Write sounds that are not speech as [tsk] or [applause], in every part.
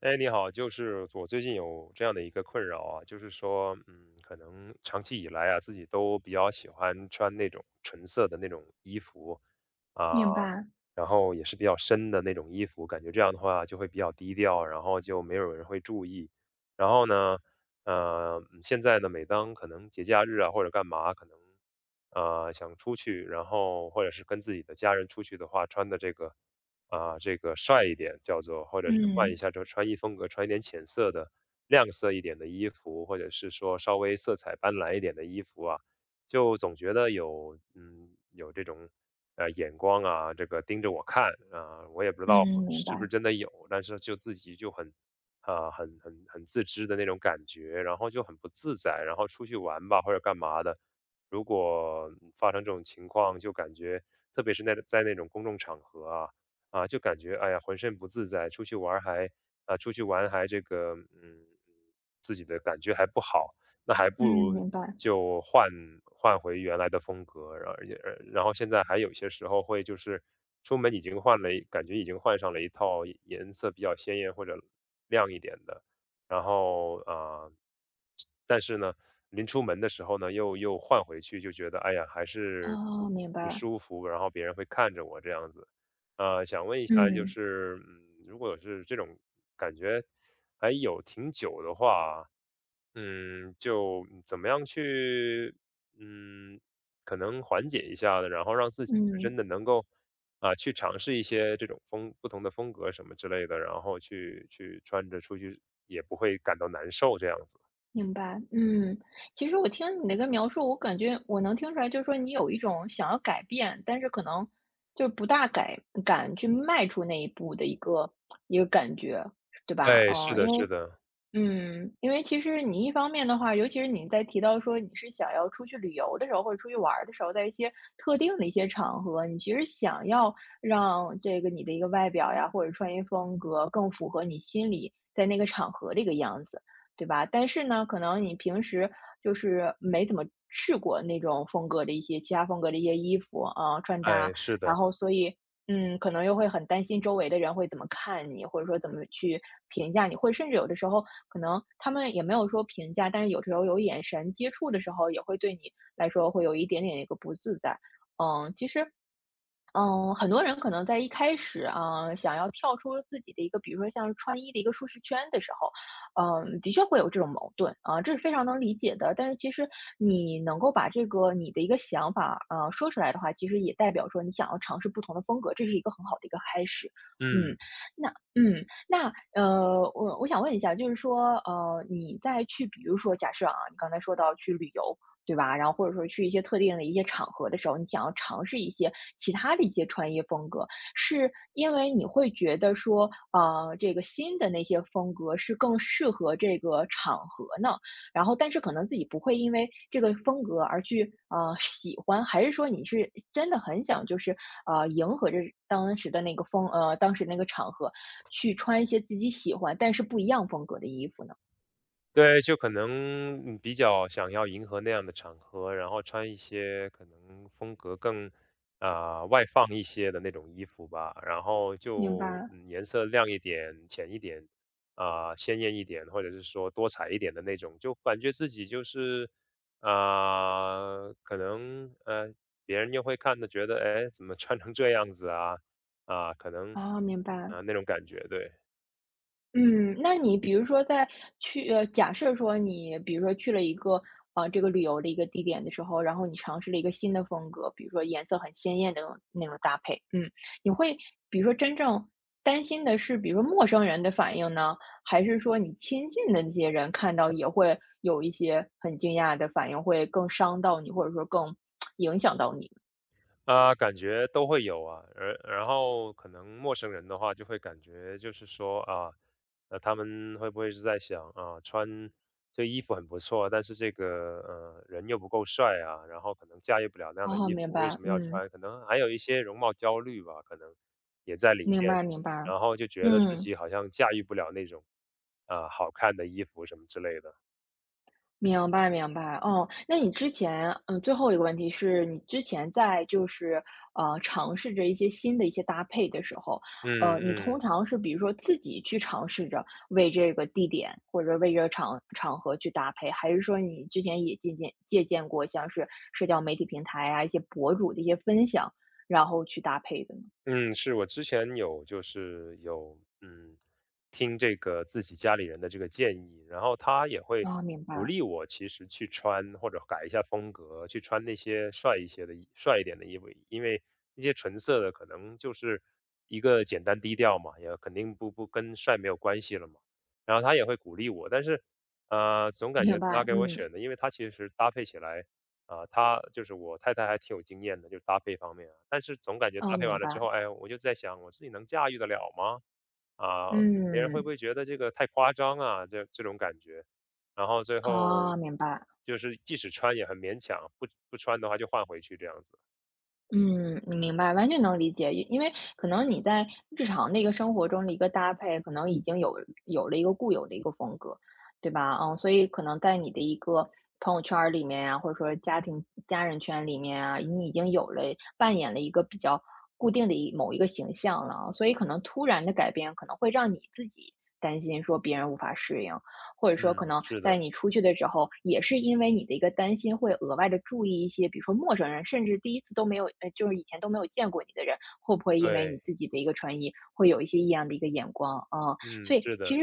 哎，你好，就是我最近有这样的一个困扰啊，就是说，可能长期以来啊，自己都比较喜欢穿那种纯色的那种衣服啊，明白，然后也是比较深的那种衣服，感觉这样的话就会比较低调，然后就没有人会注意。然后呢，现在呢，每当可能节假日啊或者干嘛，可能啊，想出去，然后或者是跟自己的家人出去的话，穿的这个帅一点叫做，或者是换一嗯，下这个穿衣风格，穿一点浅色的、亮色一点的衣服，或者是说稍微色彩斑斓一点的衣服啊，就总觉得有有这种眼光啊，这个盯着我看啊，我也不知道嗯，明是不白，是真的有，但是就自己就很很自知的那种感觉，然后就很不自在，然后出去玩吧或者干嘛的。如果发生这种情况，就感觉，特别是在那种公众场合啊，啊，就感觉哎呀，浑身不自在，出去玩还这个，嗯，自己的感觉还不好，那还嗯，不如明白，就换回原来的风格，然后而也然后现在还有些时候会就是出门已经换了一感觉已经换上了一套颜色比较鲜艳或者亮一点的。然后啊、呃但是呢，临出门的时候呢，又换回去，就觉得哎呀，还是哦，不明不白，舒服，然后别人会看着我这样子。想问一下，嗯，如果是这种感觉还有挺久的话，怎么样去，嗯，可能缓解一下的，然后让自己就嗯，真的能够去尝试一些这种不同的风格什么之类的，然后去穿着出去也不会感到难受这样子。明白，嗯。其实我听你那个描述，我感觉我能听出来，就是说你有一种想要改变，但是可能就不大敢去迈出那一步的一个感觉，对吧？哎，是的，是的。因为其实你一方面的话，尤其是你在提到说你是想要出去旅游的时候，或者出去玩儿的时候，在一些特定的一些场合，你其实想要让这个你的一个外表呀，或者穿衣风格更符合你心里在那个场合的一个样子，对吧？但是呢，可能你平时就是没怎么试过那种风格的一些其他风格的一些衣服啊，穿搭，哎，是然的。后所以可能又会很担心周围的人会怎么看你，或者说怎么去评价你，或者甚至有的时候可能他们也没有说评价，但是有时候有眼神接触的时候，也会对你来说会有一点点一个不自在。嗯，其实很多人可能在一开始啊，想要跳出自己的一个，比如说像是穿衣的一个舒适圈的时候，嗯，的确会有这种矛盾啊，这是非常能理解的。但是其实你能够把这个你的一个想法啊说出来的话，其实也代表说你想要尝试不同的风格，这是一个很好的一个开始。嗯，嗯。那那我想问一下，就是说你在去，比如说假设啊，你刚才说到去旅游，对吧？然后或者说去一些特定的一些场合的时候，你想要尝试一些其他的一些穿衣风格，是因为你会觉得说，呃，这个新的那些风格是更适合这个场合呢？然后，但是可能自己不会因为这个风格而去喜欢，还是说你是真的很想就是迎合着当时的那个当时那个场合去穿一些自己喜欢但是不一样风格的衣服呢？对，就可能比较想要迎合那样的场合，然后穿一些可能风格更外放一些的那种衣服吧，然后明就白。颜色亮一点、浅一点鲜艳一点，或者是说多彩一点的那种，就感觉自己就是啊、可能别人又会看的觉得哎怎么穿成这样子啊可能啊，明白。那种感觉，对。嗯，那你比如说在去假设说你比如说去了一个，这个旅游的一个地点的时候，然后你尝试了一个新的风格，比如说颜色很鲜艳的那种搭配，嗯，你会比如说真正担心的是，比如说陌生人的反应呢，还是说你亲近的那些人看到也会有一些很惊讶的反应，会更伤到你，或者说更 [tsk] 影响到你？啊，感觉都会有啊，而然后可能陌生人的话，就会感觉就是说啊，他们会不会是在想啊，穿这衣服很不错，但是这个人又不够帅啊，然后可能驾驭不了那样的哦，衣明服，为白，什么要嗯，穿？可能还有一些容貌焦虑吧，可能也在里明面，白明白，然后就觉得自嗯。己好像驾驭不了那种好看的衣服什么之类的。明白明白，哦，那你之前最后一个问题是你之前在就是，尝试着一些新的一些搭配的时候，嗯你通嗯。常是比如说自己去尝试着为这个地点或者为这个场合去搭配，还是说你之前也借鉴过像是社交媒体平台啊，一些博主的一些分享，然后去搭配的呢？嗯，是我之前有就是有嗯，听这个自己家里人的这个建议，然后他也会啊，明鼓白励我，其实去穿或者改一下风格，去穿那些帅一点的衣服，因为那些纯色的可能就是一个简单低调嘛，也肯定不跟帅没有关系了嘛。然后他也会鼓励我，但是总感明觉他白，给我嗯，选的，因为他其实搭配起来。啊，她就是我太太还挺有经验的，就是搭配方面啊。但是总感觉啊，搭配明完了之白，后，哎，我就在想我自己能驾驭得了吗？啊，别人会不嗯，会觉得这个太夸张啊？这种感觉。然后最后啊，明白。就是即使穿也很勉强，不穿的话就换回去这样子。嗯，你明白，完全能理解。因为可能你在日常的一个生活中的一个搭配，可能已经有有了一个固有的一个风格，对吧？嗯，所以可能在你的一个朋友圈儿里面呀，或者说家人圈里面啊，你已经有了扮演了一个比较固定的某一个形象了啊，所以可能突然的改变，可能会让你自己担心说别人无法适应。或者说可嗯，能是在的。你出去的时候，也是因为你的一个担心，会额外的注意一些，比如说陌生人，甚至第一次都没有呃，就是以前都没有见过你的人，会不会因为你对。自己的一个穿衣，会有一些异样的一个眼光啊。嗯，所以是其的。实，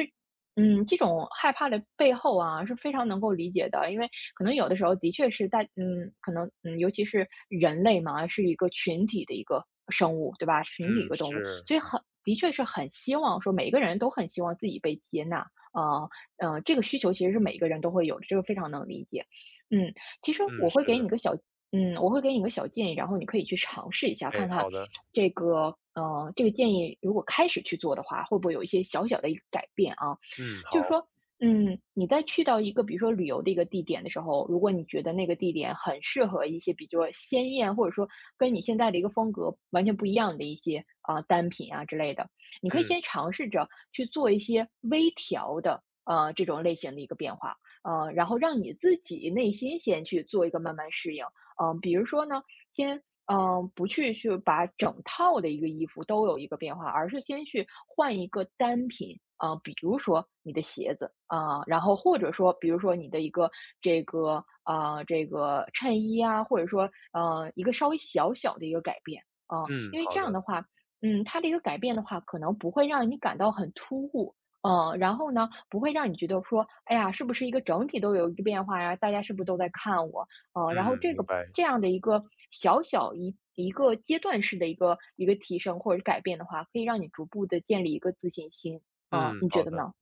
嗯，这种害怕的背后啊，是非常能够理解的。因为可能有的时候的确是大嗯，可能嗯，尤其是人类嘛，是一个群体的一个生物，对吧？群体一嗯，个动物，是。所以的确是很希望说每一个人都很希望自己被接纳，啊。这个需求其实是每一个人都会有的，这个非常能理解。嗯，其实嗯，我会是给你一的。个小嗯，我会给你一个小建议，然后你可以去尝试一下，看哎，看好的。这个这个建议如果开始去做的话，会不会有一些小小的一个改变啊？嗯，就是好。说，嗯，你在去到一个比如说旅游的一个地点的时候，如果你觉得那个地点很适合一些比较鲜艳，或者说跟你现在的一个风格完全不一样的一些啊、单品啊之类的，你可以嗯，先尝试着去做一些微调的这种类型的一个变化，然后让你自己内心先去做一个慢慢适应。比如说呢，先不去把整套的一个衣服都有一个变化，而是先去换一个单品。啊、比如说你的鞋子啊、然后或者说，比如说你的一个这个啊、这个衬衣啊，或者说一个稍微小小的一个改变啊、嗯，因为这好样的。的话，嗯，它的一个改变的话，可能不会让你感到很突兀，嗯，然后呢，不会让你觉得说，哎呀，是不是一个整体都有一个变化呀？大家是不是都在看我？然后嗯，这明个白。这样的一个小小一个阶段式的一个提升或者是改变的话，可以让你逐步的建立一个自信心。嗯、嗯，你觉好得的。呢？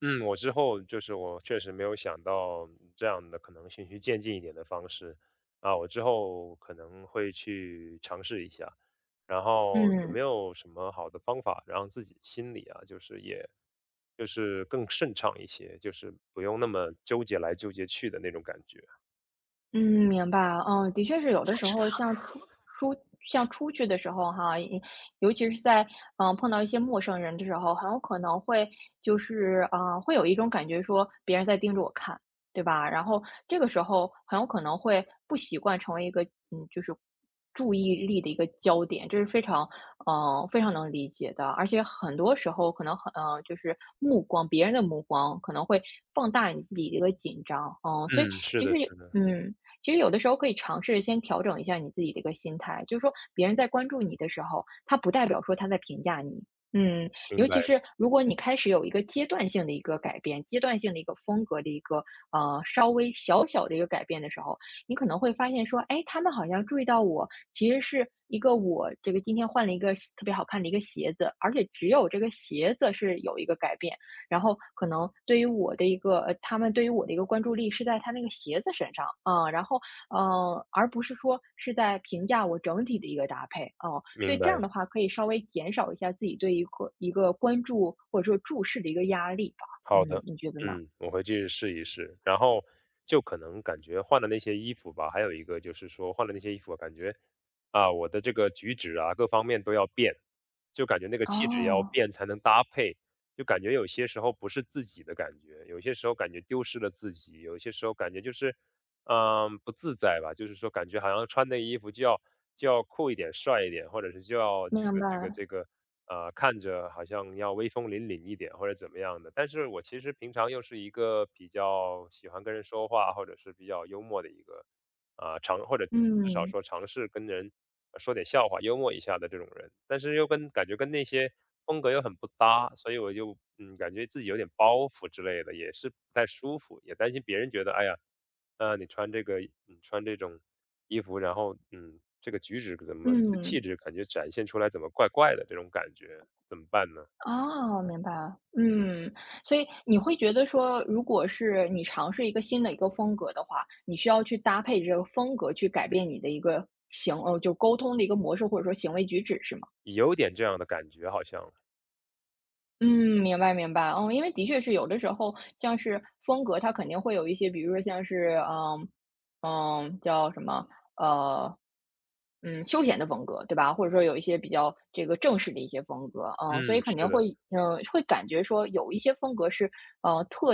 嗯，我之后就是我确实没有想到这样的可能循序渐进一点的方式啊，我之后可能会去尝试一下，然后有没嗯，有什么好的方法让自己心里啊，就是也就是更顺畅一些，就是不用那么纠结来纠结去的那种感觉。嗯，明白。嗯，的确是有的时候像出像出去的时候哈，也尤其是在碰到一些陌生人的时候，很有可能会就是会有一种感觉说别人在盯着我看，对吧？然后这个时候很有可能会不习惯成为一个嗯，就是注意力的一个焦点，这是非常非常能理解的。而且很多时候可能就是别人的目光可能会放大你自己的一个紧张，嗯，所以嗯，是其实的，是的。嗯。其实有的时候可以尝试先调整一下你自己的一个心态，就是说别人在关注你的时候，他不代表说他在评价你。嗯，明尤白，其是如果你开始有一个阶段性的一个改变，阶段性的一个风格的一个稍微小小的一个改变的时候，你可能会发现说，哎，他们好像注意到我，其实是一个我这个今天换了一个特别好看的一个鞋子，而且只有这个鞋子是有一个改变，然后可能对于我的一个他们对于我的一个关注力是在他那个鞋子身上，啊，然后而不是说是在评价我整体的一个搭配，哦，所以明这样白。的话可以稍微减少一下自己对一个关注或者说注视的一个压力吧，好嗯，的。你觉得呢？嗯，我回去试一试。然后就可能感觉换了那些衣服吧，还有一个就是说换了那些衣服，感觉啊，我的这个举止啊，各方面都要变，就感觉那个气质也要哦，变才能搭配。就感觉有些时候不是自己的感觉，有些时候感觉丢失了自己，有些时候感觉就是不自在吧，就是说感觉好像穿那个衣服就要酷一点、帅一点，或者是就要明白，这个，看着好像要威风凛凛一点或者怎么样的。但是我其实平常又是一个比较喜欢跟人说话，或者是比较幽默的一个或者至少嗯，说尝试跟人说点笑话，幽默一下的这种人，但是又感觉跟那些风格又很不搭，所以我就感觉自己有点包袱之类的，也是不太舒服，也担心别人觉得，哎呀，你穿这种衣服，然后这个举止怎么这嗯。气质感觉展现出来怎么怪怪的这种感觉，怎么办呢？哦，明白。嗯，所以你会觉得说，如果是你尝试一个新的一个风格的话，你需要去搭配这个风格去改变你的一个就沟通的一个模式，或者说行为举止，是吗？有点这样的感觉，好像，嗯，明白。嗯，因为的确是有的时候，像是风格，它肯定会有一些，比如说像是叫什么呃休闲的风格，对吧？或者说有一些比较这个正式的一些风格，嗯，所以嗯，肯是定的。会感觉说有一些风格是呃特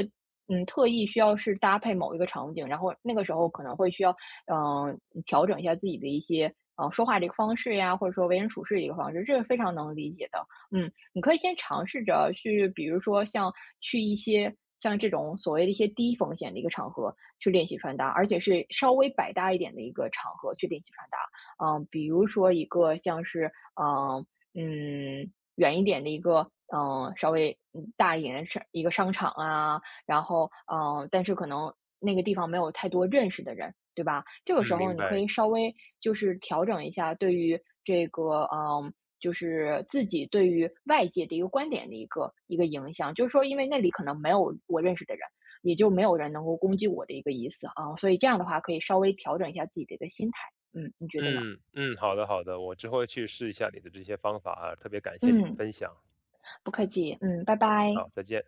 特意需要是搭配某一个场景，然后那个时候可能会需要嗯，调整一下自己的一些说话的一个方式呀，或者说为人处事的一个方式，这是非常能理解的。嗯，你可以先尝试着去，比如说像去一些像这种所谓的一些低风险的一个场合去练习穿搭，而且是稍微百搭一点的一个场合去练习穿搭。嗯，比如说一个像是嗯远一点的一个稍微大一点一个商场啊，然后嗯，但是可能那个地方没有太多认识的人，对吧？这个时嗯，候明你可白。以稍微就是调整一下对于这个就是自己对于外界的一个观点的一个影响。就是说因为那里可能没有我认识的人，也就没有人能够攻击我的一个意思啊，所以这样的话可以稍微调整一下自己的一个心态。嗯，你觉得呢？嗯嗯，好的好的，我之后会去试一下你的这些方法啊，特别感谢你的嗯，分享。不客气，嗯，拜拜。好，再见。